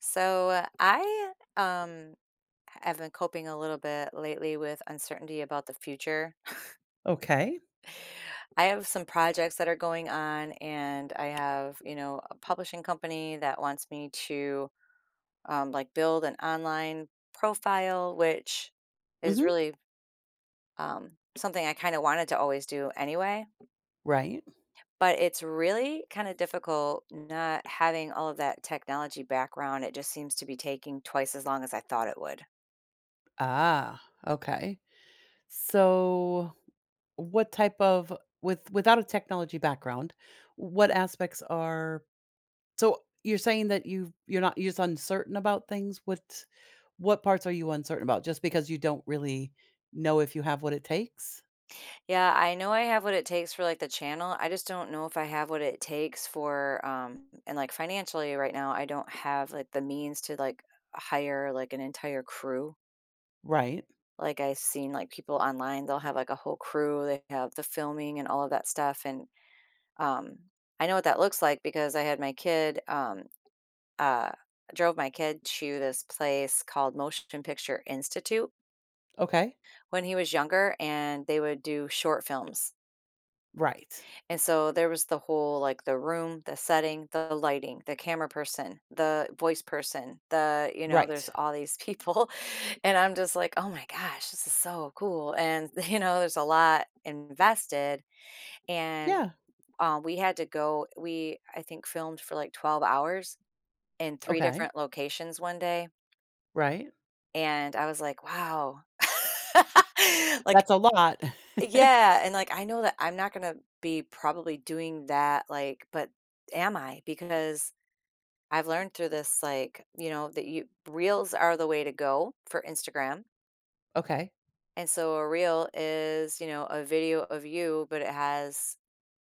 So, I have been coping a little bit lately with uncertainty about the future. Okay. I have some projects that are going on and I have, a publishing company that wants me to like build an online profile, which is Mhm. really, um something I kind of wanted to always do anyway. Right. But it's really kinda difficult not having all of that technology background. It just seems to be taking twice as long as I thought it would. Ah, okay. So what type of with without a technology background, what aspects are so you're saying that you're not, you're just uncertain about things? what parts are you uncertain about? Just because you don't really know if you have what it takes? Yeah, I know I have what it takes for, like, the channel. I just don't know if I have what it takes for, and, like, financially right now, I don't have, like, the means to, like, hire, like, an entire crew. Right. Like, I've seen, like, people online, they'll have, like, a whole crew, they have the filming and all of that stuff, and, um, I know what that looks like because I had my kid, uh drove my kid to this place called Motion Picture Institute Okay. when he was younger, and they would do short films. Right. And so there was the whole like the room, the setting, the lighting, the camera person, the voice person, there's Right. all these people. And I'm just like, oh my gosh, this is so cool. And, there's a lot invested. And Yeah. um, we had to go, we, I think, filmed for like 12 hours in three Okay. different locations one day. Right. And I was like, wow. Like, That's a lot. yeah, and, like, I know that I'm not gonna be probably doing that, like, but am I? Because I've learned through this, like, you know, that you reels are the way to go for Instagram, Okay. and so a reel is, a video of you, but it has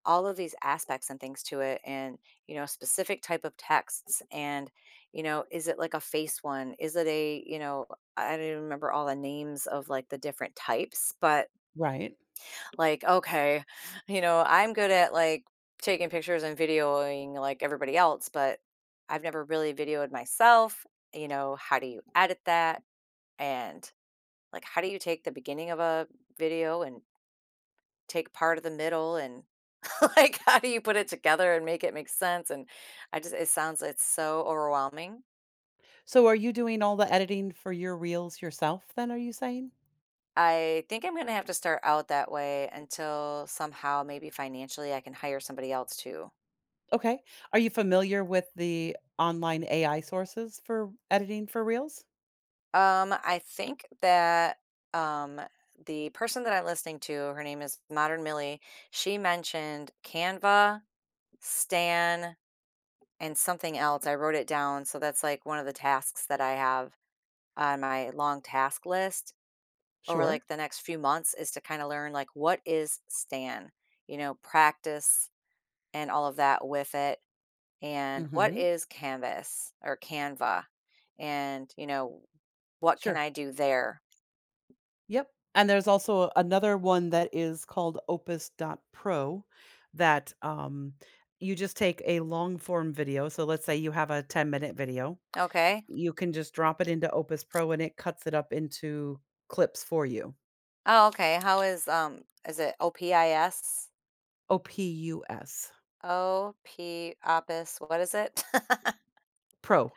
all of these aspects and things to it, and, specific type of texts, and, is it like a face one? Is it a, you know I don't even remember all the names of, like, the different types, but Right. like, okay, I'm good at like taking pictures and videoing like everybody else, but I've never really videoed myself. How do you edit that? And like, how do you take the beginning of a video and take part of the middle? And like, how do you put it together and make it make sense? And I just, it sounds, it's so overwhelming. So are you doing all the editing for your reels yourself then, are you saying? I think I'm going to have to start out that way until somehow, maybe financially, I can hire somebody else too. Okay. Are you familiar with the online AI sources for editing for reels? I think that, um, the person that I'm listening to, her name is Modern Millie. She mentioned Canva, Stan, and something else. I wrote it down, so that's, like, one of the tasks that I have on my long task list over, Sure. like, the next few months is to kinda learn, like, what is Stan? Practice and all of that with it, and what Mhm. is Canvas or Canva? And, what can Sure. I do there? Yep. And there's also another one that is called opus.pro that you just take a long form video. So let's say you have a 10-minute video. Okay. You can just drop it into Opus Pro and it cuts it up into clips for you. Oh, okay. How is Is it OPIS? Opus. O P Opus. What is it? Pro.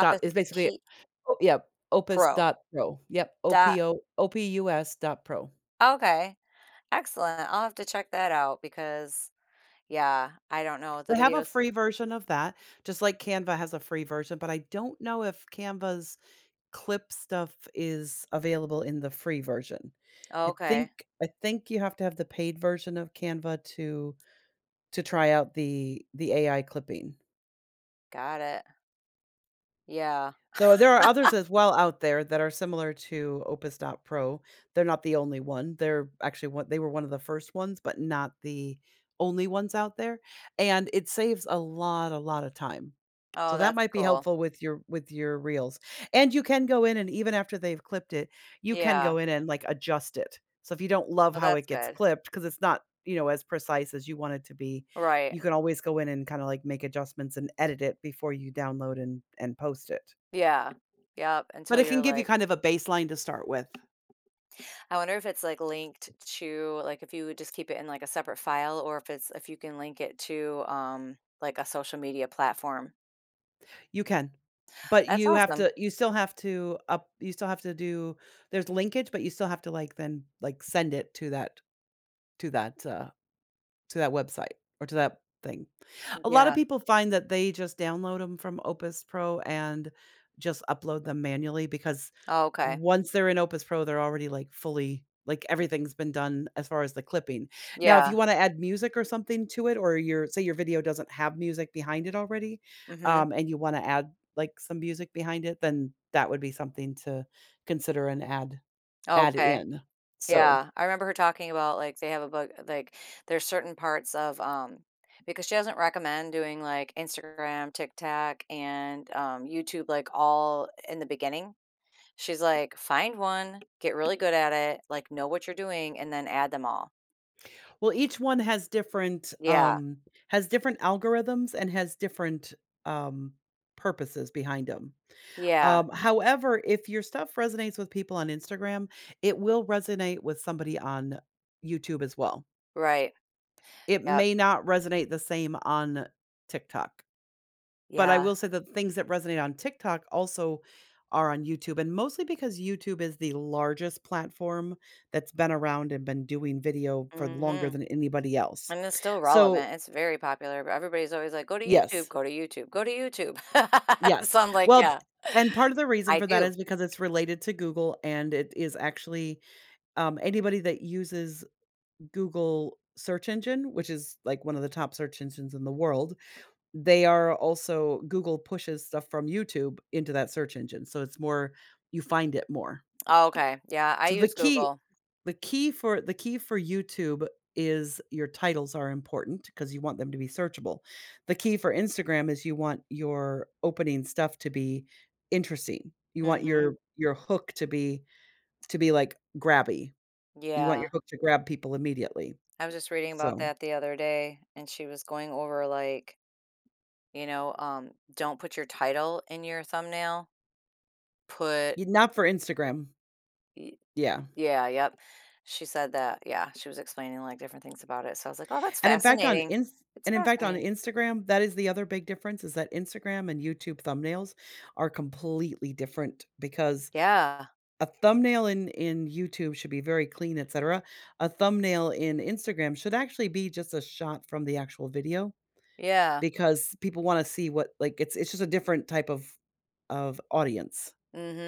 Dot is basically. P Oh, yep, Opus Pro. dot Pro. Yep, Dot. O-P-O Opus dot pro. Okay. Excellent. I'll have to check that out because yeah, I don't know the They have a videos. free version of that, just like Canva has a free version, but I don't know if Canva's clip stuff is available in the free version. I Okay. think I think you have to have the paid version of Canva to try out the AI clipping. Got it. Yeah. So there are others as well out there that are similar to Opus.Pro. They're not the only one. They're actually one they were one of the first ones, but not the only ones out there, and it saves a lot of time. So Oh, that that's might be cool. helpful with your reels, and you can go in and even after they've clipped it, you can Yeah. go in and, like, adjust it. So if you don't love Well, how it that's gets good. clipped because it's not, as precise as you want it to be, Right. you can always go in and kinda, like, make adjustments and edit it before you download and post it. Yeah. Yep. But Until it can you're give you like, kind of a baseline to start with. I wonder if it's like linked to like if you would just keep it in like a separate file, or if you can link it to like a social media platform. You can. But That's you have awesome. to you still have to up you still have to do there's linkage, but you still have to, like, then, like, send it to that to that, uh, to that website or to that thing. A lot of Yeah. people find that they just download them from Opus Pro and just upload them manually because Oh, okay. once they're in Opus Pro, they're already like fully like everything's been done as far as the clipping. Now, if you Yeah. want to add music or something to it, or your say your video doesn't have music behind it already, Mhm. And you want to add like some music behind it, then that would be something to consider and add Okay. in. So, Yeah. I remember her talking about like they have a book like there's certain parts of because she doesn't recommend doing like Instagram, TikTok, and YouTube like all in the beginning. She's like, find one, get really good at it, like know what you're doing, and then add them all. well, each one Yeah. Has different algorithms and has different, um, purposes behind 'em. Yeah, However, if your stuff resonates with people on Instagram, it will resonate with somebody on YouTube as well. right. It Yep. may not resonate the same on TikTok, but I Yeah. will say that things that resonate on TikTok also are on YouTube, and mostly because YouTube is the largest platform that's been around and been doing video for longer Mhm. than anybody else. And it's still So, relevant. It's very popular, but everybody's always like, "Go to YouTube, yes, go to YouTube, go to YouTube." yes. So I'm like, Well, "Yeah, and part of the reason I for that do." is because it's related to Google, and it is actually, anybody that uses Google search engine, which is, like, one of the top search engines in the world, they are also Google pushes stuff from YouTube into that search engine, so it's more you find it more. Oh, okay. Yeah, I So the use key Google. The key for the key for YouTube is your titles are important because you want them to be searchable. The key for Instagram is you want your opening stuff to be interesting. You want Mhm. your hook to be like, grabby. You want your Yeah. hook to grab people immediately. I was just reading about So, that the other day, and she was going over, like, don't put your title in your thumbnail. Put y not for Instagram. y Yeah. Yeah, yep. She said that. Yeah, she was explaining, like, different things about it. So I was like, "Oh, that's And in fact on fascinating." Ins It's and in fact on fascinating. Instagram, that is the other big difference is that Instagram and YouTube thumbnails are completely different because Yeah. a thumbnail in YouTube should be very clean, etcetera. A thumbnail in Instagram should actually be just a shot from the actual video Yeah. because people wanna see what like, it's just a different type of audience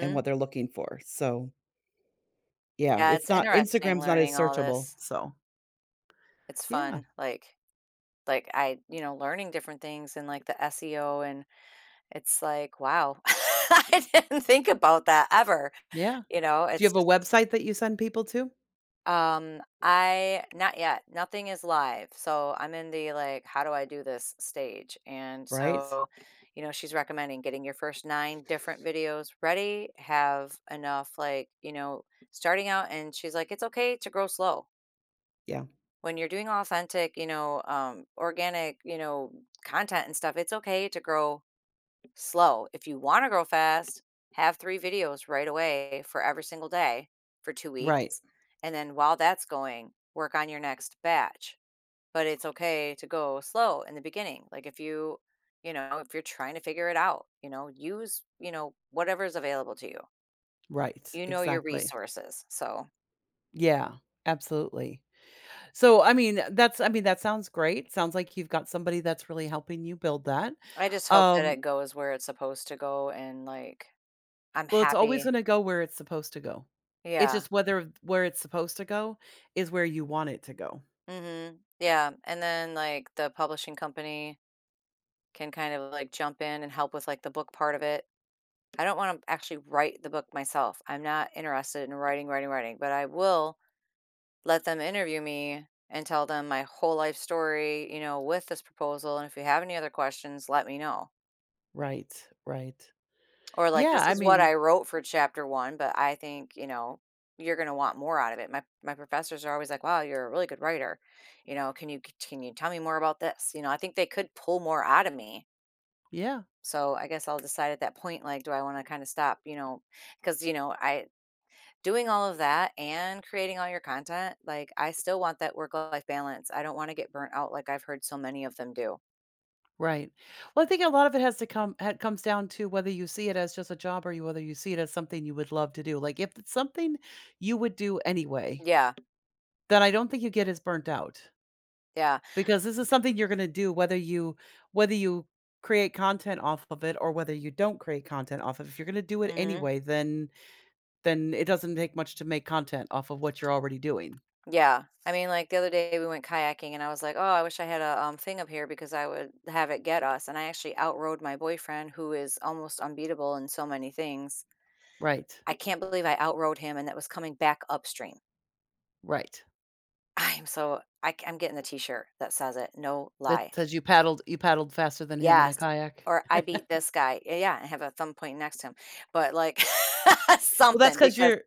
and what they're looking for. So, yeah, Yeah, it's it's not interesting Instagram's not as learning all searchable, this. so It's yeah, fun. Like, like learning different things, and like the SEO, and it's like, wow. I didn't think about that ever, yeah. you know? Do you It's have a just website that you send people to? I not yet. Nothing is live. So I'm in the like how do I do this stage? And Right? so, she's recommending getting your first 9 different videos ready, have enough like, starting out, and she's like it's okay to grow slow. Yeah. When you're doing authentic, organic, content and stuff, it's okay to grow slow. If you want to grow fast, have three videos right away for every single day for two Right, weeks. And then while that's going, work on your next batch. But it's okay to go slow in the beginning. Like, if you're trying to figure it out, use, whatever's available to you. right, You know your exactly. resources. So Yeah, absolutely. So, I mean, that's I mean, that sounds great. Sounds like you've got somebody that's really helping you build that. I just hope that Um, it goes where it's supposed to go, and like I'm well, it's always happy. gonna go where it's supposed to go. It's Yeah. just whether where it's supposed to go is where you want it to go. Mhm. Yeah, and then, like, the publishing company can kind of, like, jump in and help with, like, the book part of it. I don't wanna actually write the book myself. I'm not interested in writing, writing, writing, but I will let them interview me and tell them my whole life story, you know, with this proposal, and if you have any other questions, let me know. Right, right. Or like, Yeah, "This I is what mean, I wrote for chapter 1, but I think, you're gonna want more out of it." My professors are always like, "Wow, you're a really good writer." You know, "Can you tell me more about this?" I think they could pull more out of me. yeah, So, I guess I'll decide at that point, like, do I wanna kinda stop, because I doing all of that and creating all your content, like, I still want that work-life balance. I don't wanna get burnt out like I've heard so many of them do. right. Well, I think a lot of it has to come ha comes down to whether you see it as just a job or you whether you see it as something you would love to do. Like, if it's something you would do anyway, Yeah, then I don't think you get as burnt out. yeah. Because this is something you're gonna do whether you create content off of it or whether you don't create content off of it, if you're gonna do it Mhm. anyway, then it doesn't take much to make content off of what you're already doing. Yeah. I mean, like the other day we went kayaking and I was like, "Oh, I wish I had a thing up here because I would have it get us." And I actually outrode my boyfriend who is almost unbeatable in so many things. Right, I can't believe I outrode him and that was coming back upstream. right. I, am getting the t-shirt that says it. No That lie. says you paddled faster than him in a Yes. kayak. Or I beat this guy. Yeah, yeah, and have a thumb point next to him. But like Well, that's something because 'cause because you're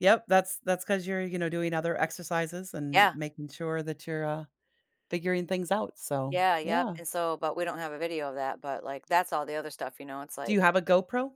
Yep, that's because 'cause you're, you know, doing other exercises and yeah. making sure that you're, figuring things out, so, Yeah, yep. yeah. And so but we don't have a video of that, but like that's all the other stuff, you know. It's Do you like have a GoPro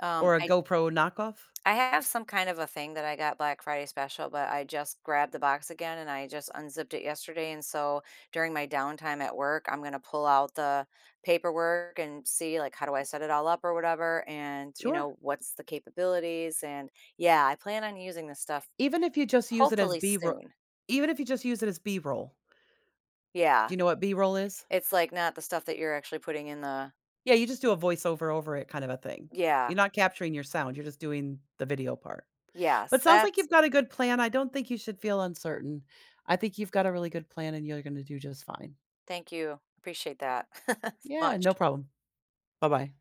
um or a I GoPro knockoff? I have some kind of a thing that I got Black Friday special, but I just grabbed the box again and I just unzipped it yesterday. And so during my downtime at work, I'm going to pull out the paperwork and see like how do I set it all up or whatever, and you Sure. know what's the capabilities, and yeah, I plan on using this stuff Even if you just use it as hopefully B-roll soon. even if you just use it as B-roll. Yeah. Do you know what B-roll is? It's like not the stuff that you're actually putting in the, Yeah, you just do a voiceover over it kind of a thing. You're yeah. not capturing your sound, you're just doing the video part. But Yes. sounds like That's you've got a good plan, I don't think you should feel uncertain. I think you've got a really good plan and you're gonna do just fine. Thank you. Appreciate that. Yeah, no Much. problem. Bye-bye.